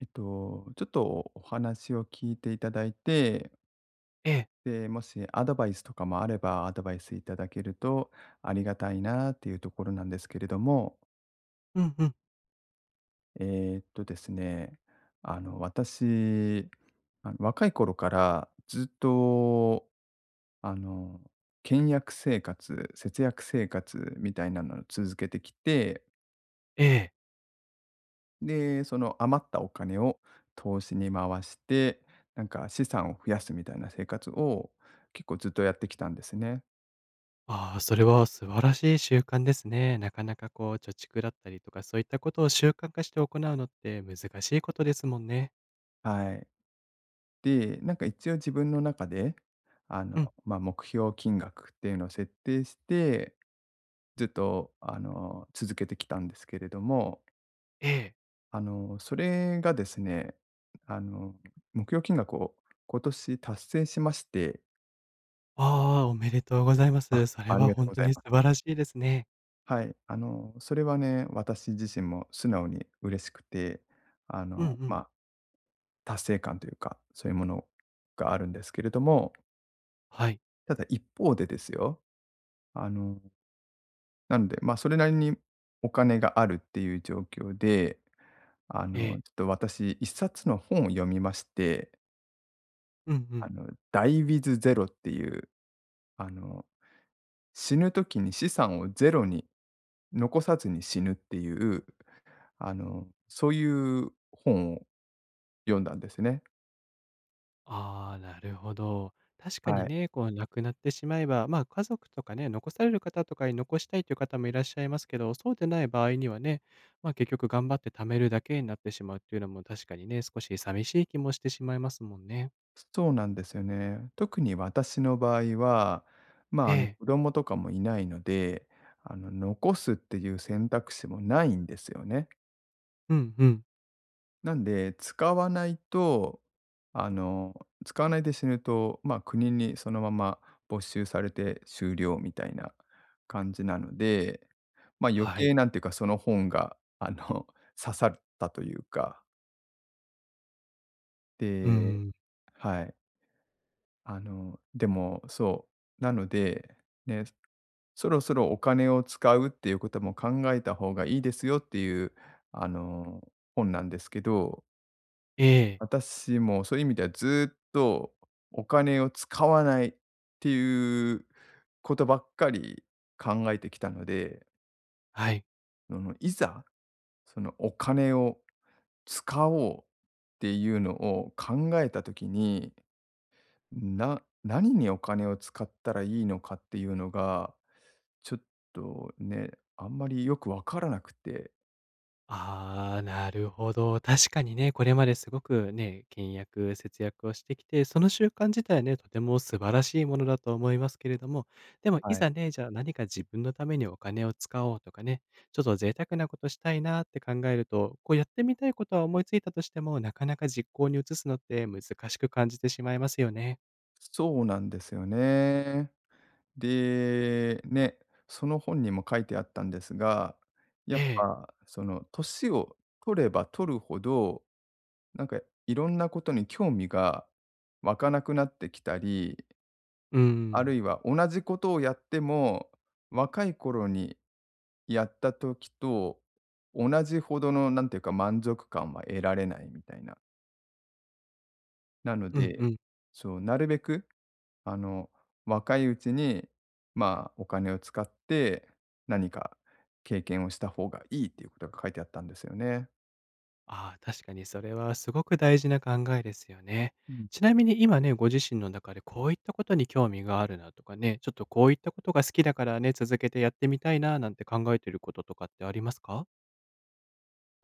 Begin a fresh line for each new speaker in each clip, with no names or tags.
ちょっとお話を聞いていただいて、
ええ。
で、もしアドバイスとかもあれば、アドバイスいただけるとありがたいなっていうところなんですけれども、
うんうん。
えですね、私、若い頃からずっと、あの、倹約生活、節約生活みたいなのを続けてきて
ええ。
で、その余ったお金を投資に回して、なんか資産を増やすみたいな生活を結構ずっとやってきたんですね。
ああ、それは素晴らしい習慣ですね。なかなかこう、貯蓄だったりとか、そういったことを習慣化して行うのって難しいことですもんね。
はい。で、なんか一応自分の中で、あの、
うん。
まあ、目標金額っていうのを設定して、ずっと、続けてきたんですけれども、
ええ。
それがですね、あの、目標金額を今年達成しまして、
ああ、おめでとうございま
あ、
す。それ
あり
は
がとう
本
ご
当
ざい
に
ま
素
す。
晴らしいですね。
はい、それはね、私自身も素直に嬉しくて、
うんう
ま
ん。
あ、達成感というか、そういうものがあるんですけれども、
はい。
ただ一方でですよ、あの、なので、まあ、それなりにお金があるっていう状況で、
え
ちょっ
え。
と私一冊の本を読みまして、
うんうん。
ダイ e w i t っていう、あの、死ぬ時に資産をゼロに残さずに死ぬっていう、そういう本を読んだんですね。
ああ、なるほど。確か
は
に
い。
ね、こう亡くなってしまえば、まあ、家族とかね、残される方とかに残したいという方もいらっしゃいますけど、そうでない場合にはね、まあ、結局頑張って貯めるだけになってしまうっていうのも確かにね、少し寂しい気もしてしまいますもんね。
そうなんですよね。特に私の場合は、まあ、
ええ。
子供とかもいないので、残すっていう選択肢もないんですよね。
うんうん。
なんで、使わないと、使わないで死ぬと、まあ、国にそのまま没収されて終了みたいな感じなので、まあ、余
は
計
い。
なんていうか、その本が、刺さったというか、
う
で
ん。
はい。でも、そう、なので、ね、そろそろお金を使うっていうことも考えた方がいいですよっていう、あの、本なんですけど、
ええ。
私もそういう意味ではずっとお金を使わないっていうことばっかり考えてきたので、
はい。
そのいざ、そのお金を使おうっていうのを考えたときに何にお金を使ったらいいのかっていうのが、ちょっとね、あんまりよくわからなくて。
ああ、なるほど。確かにね、これまですごくね、倹約、節約をしてきて、その習慣自体ね、とても素晴らしいものだと思いますけれども、でもい
はい。
ざね、じゃあ何か自分のためにお金を使おうとかね、ちょっと贅沢なことしたいなって考えると、こうやってみたいことは思いついたとしても、なかなか実行に移すのって難しく感じてしまいますよね。
そうなんですよね。で、ね、その本にも書いてあったんですが、や
え
っ
え。
ぱその年を取れば取るほど、なんかいろんなことに興味が湧かなくなってきたり
う
ある
ん。
いは同じことをやっても、若い頃にやった時と同じほどのなんていうか、満足感は得られないみたいな。なの
うん
で、
うん。
そう、なるべく、あの、若いうちに、まあ、お金を使って何か経験をした方がいいっていうことが書いてあったんですよね。
ああ、確かにそれはすごく大事な考えですよね。
うん。
ちなみに今ね、ご自身の中でこういったことに興味があるなとかね、ちょっとこういったことが好きだからね、続けてやってみたいななんて考えてることとかってありますか？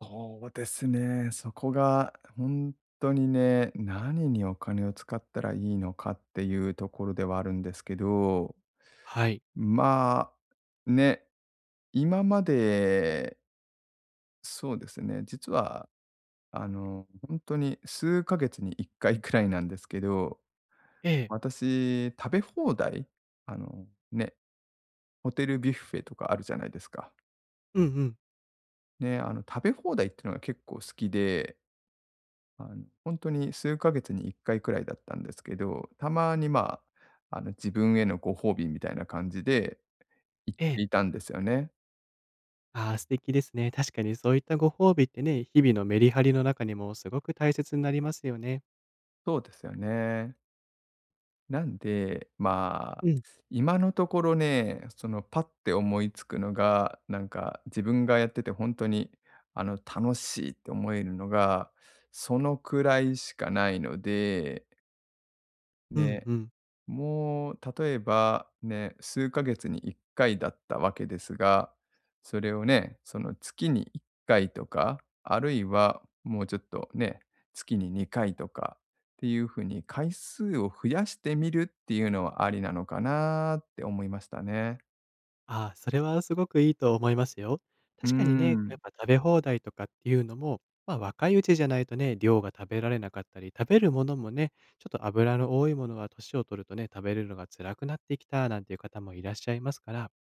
そうですね。そこが本当にね、何にお金を使ったらいいのかっていうところではあるんですけど、
はい。
まあ、ね、今まで、そうですね、実は、本当に数ヶ月に1回くらいなんですけど、
ええ。
私、食べ放題、ね、ホテルビュッフェとかあるじゃないですか。
うんうん。
ね、食べ放題っていうのが結構好きであの、に数ヶ月に1回くらいだったんですけど、たまに、まあ、自分へのご褒美みたいな感じで行っ
え
て
え。
いたんですよね。
ああ、素敵ですね。確かにそういったご褒美ってね、日々のメリハリの中にもすごく大切になりますよね。
そうですよね。なんで、まあ、
うん。
今のところね、その、パッて思いつくのが、なんか自分がやってて本当に、楽しいって思えるのが、そのくらいしかないので、
うん
ね。
うん。
もう例えばね、数ヶ月に1回だったわけですが、それをね、その月に1回とか、あるいはもうちょっとね、月に2回とかっていうふうに回数を増やしてみるっていうのはありなのかなって思いましたね。
ああ、それはすごくいいと思いますよ。
うー
確かにね、や
ん、
っぱ食べ放題とかっていうのも、ま、若いうちじゃないとね、量が食べられなかったり、食べるものもね、ちょっと油の多いものは年を取るとね、食べるのが辛くなってきたなんていう方もいらっしゃいますから、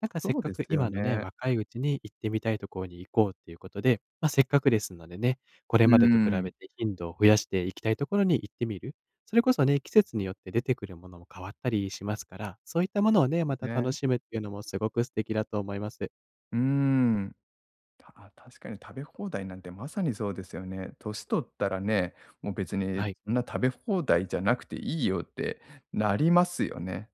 なんかせっ
そう
か
です
く
よ
今のね、
ね。
若いうちに行ってみたいところに行こうっていうことで、まあ、せっかくですのでね、こ
う
れ
ー
までと比
ん、
べて頻度を増やしていきたいところに行ってみる。それこそね、季節によって出てくるものも変わったりしますから、そういったものをね、また楽
ね、
しむっていうのもすごく素敵だと思います。
うーん。たあ、確かに食べ放題なんてまさにそうですよね。年取ったらね、もう別に
はい。
そんな食べ放題じゃなくていいよってなりますよね。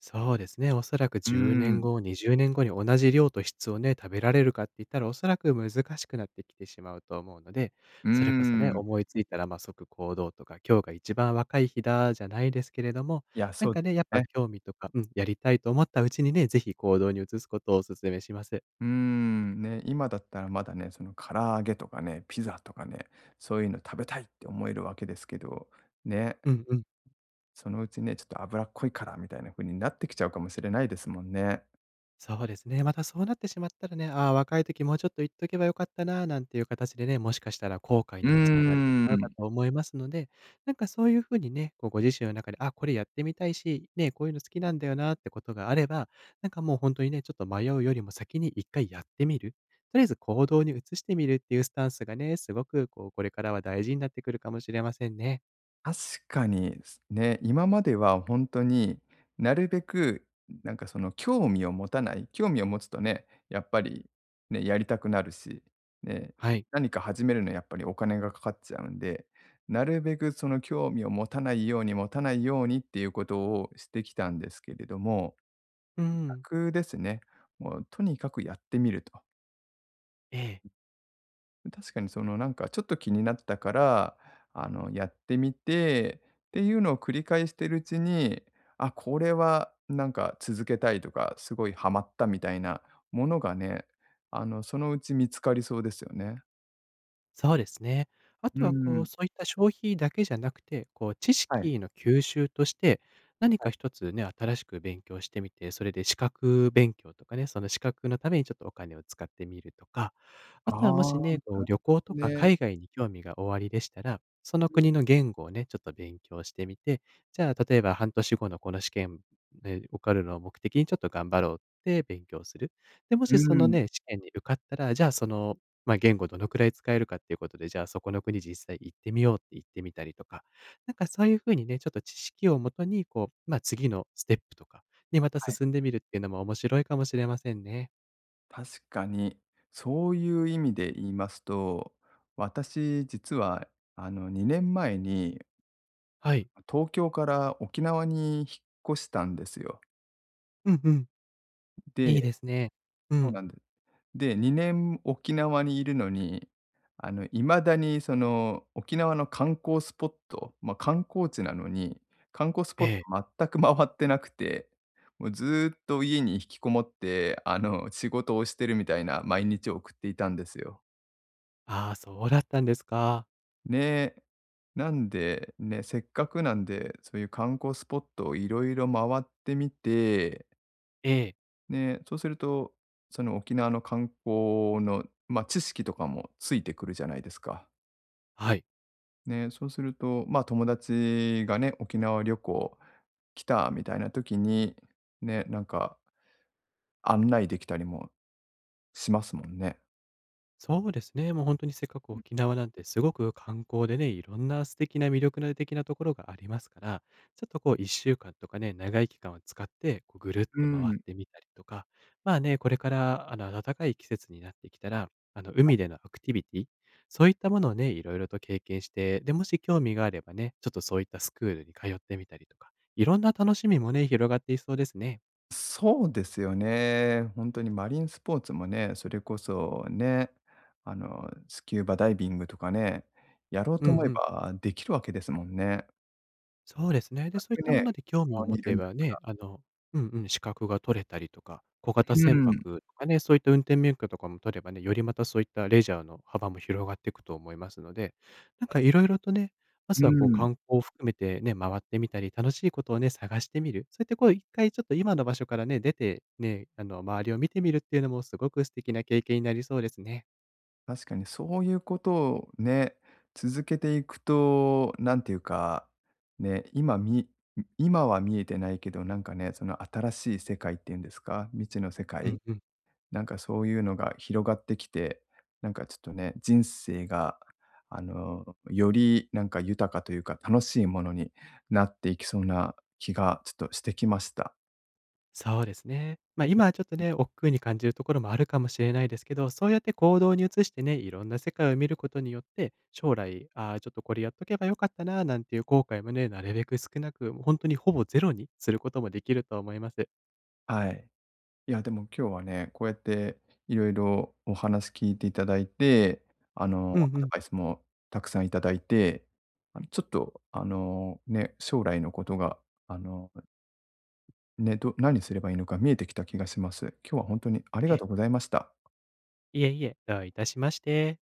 そうですね、おそらく
うー
10年
ん、
後、20年後に同じ量と質をね、食べられるかって言ったら、おそらく難しくなってきてしまうと思うので、
うー
それこそね、
ん。
思いついたら、まあ、即行動とか、今日が一番若い日だじゃないですけれども、
いや、
な
そ
ん
うで
か
す
ね、やっ
よ
ぱ
ね。
興味とか、うん、やりたいと思ったうちにね、ぜひ行動に移すことをお勧めします。
うーん、ね、今だったらまだね、その唐揚げとかね、ピザとかね、そういうの食べたいって思えるわけですけど、ね、
うんうん。
そのうちね、ちょっと脂っこいからみたいな風になってきちゃうかもしれないですもんね。
そうですね。またそうなってしまったらね、ああ、若い時もうちょっと言っとけばよかったな、なんていう形でね、もしかしたら後悔
う
にもつながってし
ー
まうか
ん。
と思いますので、なんかそういうふうにね、こうご自身の中で、あ、これやってみたいし、ね、こういうの好きなんだよなってことがあれば、なんかもう本当にね、ちょっと迷うよりも先に一回やってみる。とりあえず行動に移してみるっていうスタンスがね、すごくこう、これからは大事になってくるかもしれませんね。
確かに、すね、今までは本当に、なるべくなんかその興味を持たない、興味を持つとね、やっぱりね、やりたくなるし、ね、
はい。
何か始めるのやっぱりお金がかかっちゃうんで、なるべくその興味を持たないように持たないようにっていうことをしてきたんですけれども、
うん。
逆ですね。もうとにかくやってみると。
ええ。
確かにそのなんかちょっと気になったから、やってみてっていうのを繰り返してるうちに、あ、これはなんか続けたいとか、すごいハマったみたいなものがね、そのうち見つかりそうですよね。
そうですね。あ
う
とはこう、
ん、
そういった消費だけじゃなくて、こう知
はい、
識の吸収として、何
は
か
い。
一つね、新しく勉強してみて、それで資格勉強とかね、その資格のためにちょっとお金を使ってみるとか、
あ
あとはも
あ、
しね、こう
なる
旅行と
ほど
か
ね。
海外に興味がおありでしたら、その国の言語をね、ちょっと勉強してみて、じゃあ例えば半年後のこの試験、ね、受かるのを目的にちょっと頑張ろうって勉強する。で、も
う
しその
ん、
ね、試験に受かったら、じゃあそのまあ、言語どのくらい使えるかっていうことで、じゃあそこの国実際行ってみようって言ってみたりとか、なんかそういう風にね、ちょっと知識をもとに、こう、ま、次のステップとかにまた
はい。
進んでみるっていうのも面白いかもしれませんね。
確かに、そういう意味で言いますと、私実は2年前に
はい。
東京から沖縄に引っ越したんですよ。
うんうん。
で
いいですね。う
そう
ん。
なんですで、2年沖縄にいるのに、未だにその、沖縄の観光スポット、まあ、観光地なのに、観光ス
え
ポット
え。
全く回ってなくて、もうずっと家に引きこもって、仕事をしてるみたいな毎日を送っていたんですよ。
ああ、そうだったんですか。
ね、なんで、ね、せっかくなんで、そういう観光スポットをいろいろ回ってみて
ええ、
で、そうすると、その沖縄の観光の、まあ、知識とかもついてくるじゃないですか。
はい。
ね、そうすると、まあ、友達がね、沖縄旅行来たみたいな時に、ね、なんか案内できたりもしますもんね。
そうですね。もう本当にせっかく沖縄なんてすごく観光でね、いろんな素敵な魅力な的なところがありますから、ちょっとこう1週間とかね、長い期間を使って、こうぐるっ
う
と回っ
ん。
てみたりとか、まあね、これからあの暖かい季節になってきたら、あの海でのアクティビティ、そういったものをね、いろいろと経験して、で、もし興味があればね、ちょっとそういったスクールに通ってみたりとか、いろんな楽しみもね、広がっていそうですね。
そうですよね。本当にマリンスポーツもね、それこそね、スキューバダイビングとかね、やろう
う
と
ん
思え
うん。
ばできるわけですもんね。
そうですね。で、そういった
ね、
もので興
沖
味を
縄に
持
いる
て
んだ
ばね、あのうんうん、資格が取れたりとか、小型
う
船舶
ん。
とかね、そういった運転免許とかも取ればね、よりまたそういったレジャーの幅も広がっていくと思いますので、なんかいろいろとね、ま
う
ずはこう
ん、
観光を含めてね、回ってみたり、楽しいことをね、探してみる。そうやってこう1回ちょっと今の場所からね、出て、ね、あの周りを見てみるっていうのもすごく素敵な経験になりそうですね。
確かにそういうことをね、続けていくと、なんていうか、ね、今は見えてないけど、なんかね、その新しい世界っていうんですか、未知の世
う
界、
んうん。
なんかそういうのが広がってきて、なんかちょっとね、人生が、よりなんか豊かというか、楽しいものになっていきそうな気がちょっとしてきました。
そうですね。ま、
うん、
今はちょっとね、億劫に感じるところもあるかもしれないですけど、そうやって行動に移してね、いろんな世界を見ることによって、将来、ああ、ちょっとこれやっとけばよかったな、なんていう後悔もね、なるべく少なく、本当にほぼゼロにすることもできると思います。
はい。いや、でも今日はね、こうやっていろいろお話聞いていただいて、
うんう
アド
ん。
バイスもたくさんいただいて、ちょっと、ね、将来のことが、あの、ね、何すればいいのか見えてきた気がします。今日は本当にありが
え、
とうございました。
いえいえ、どういたしまして。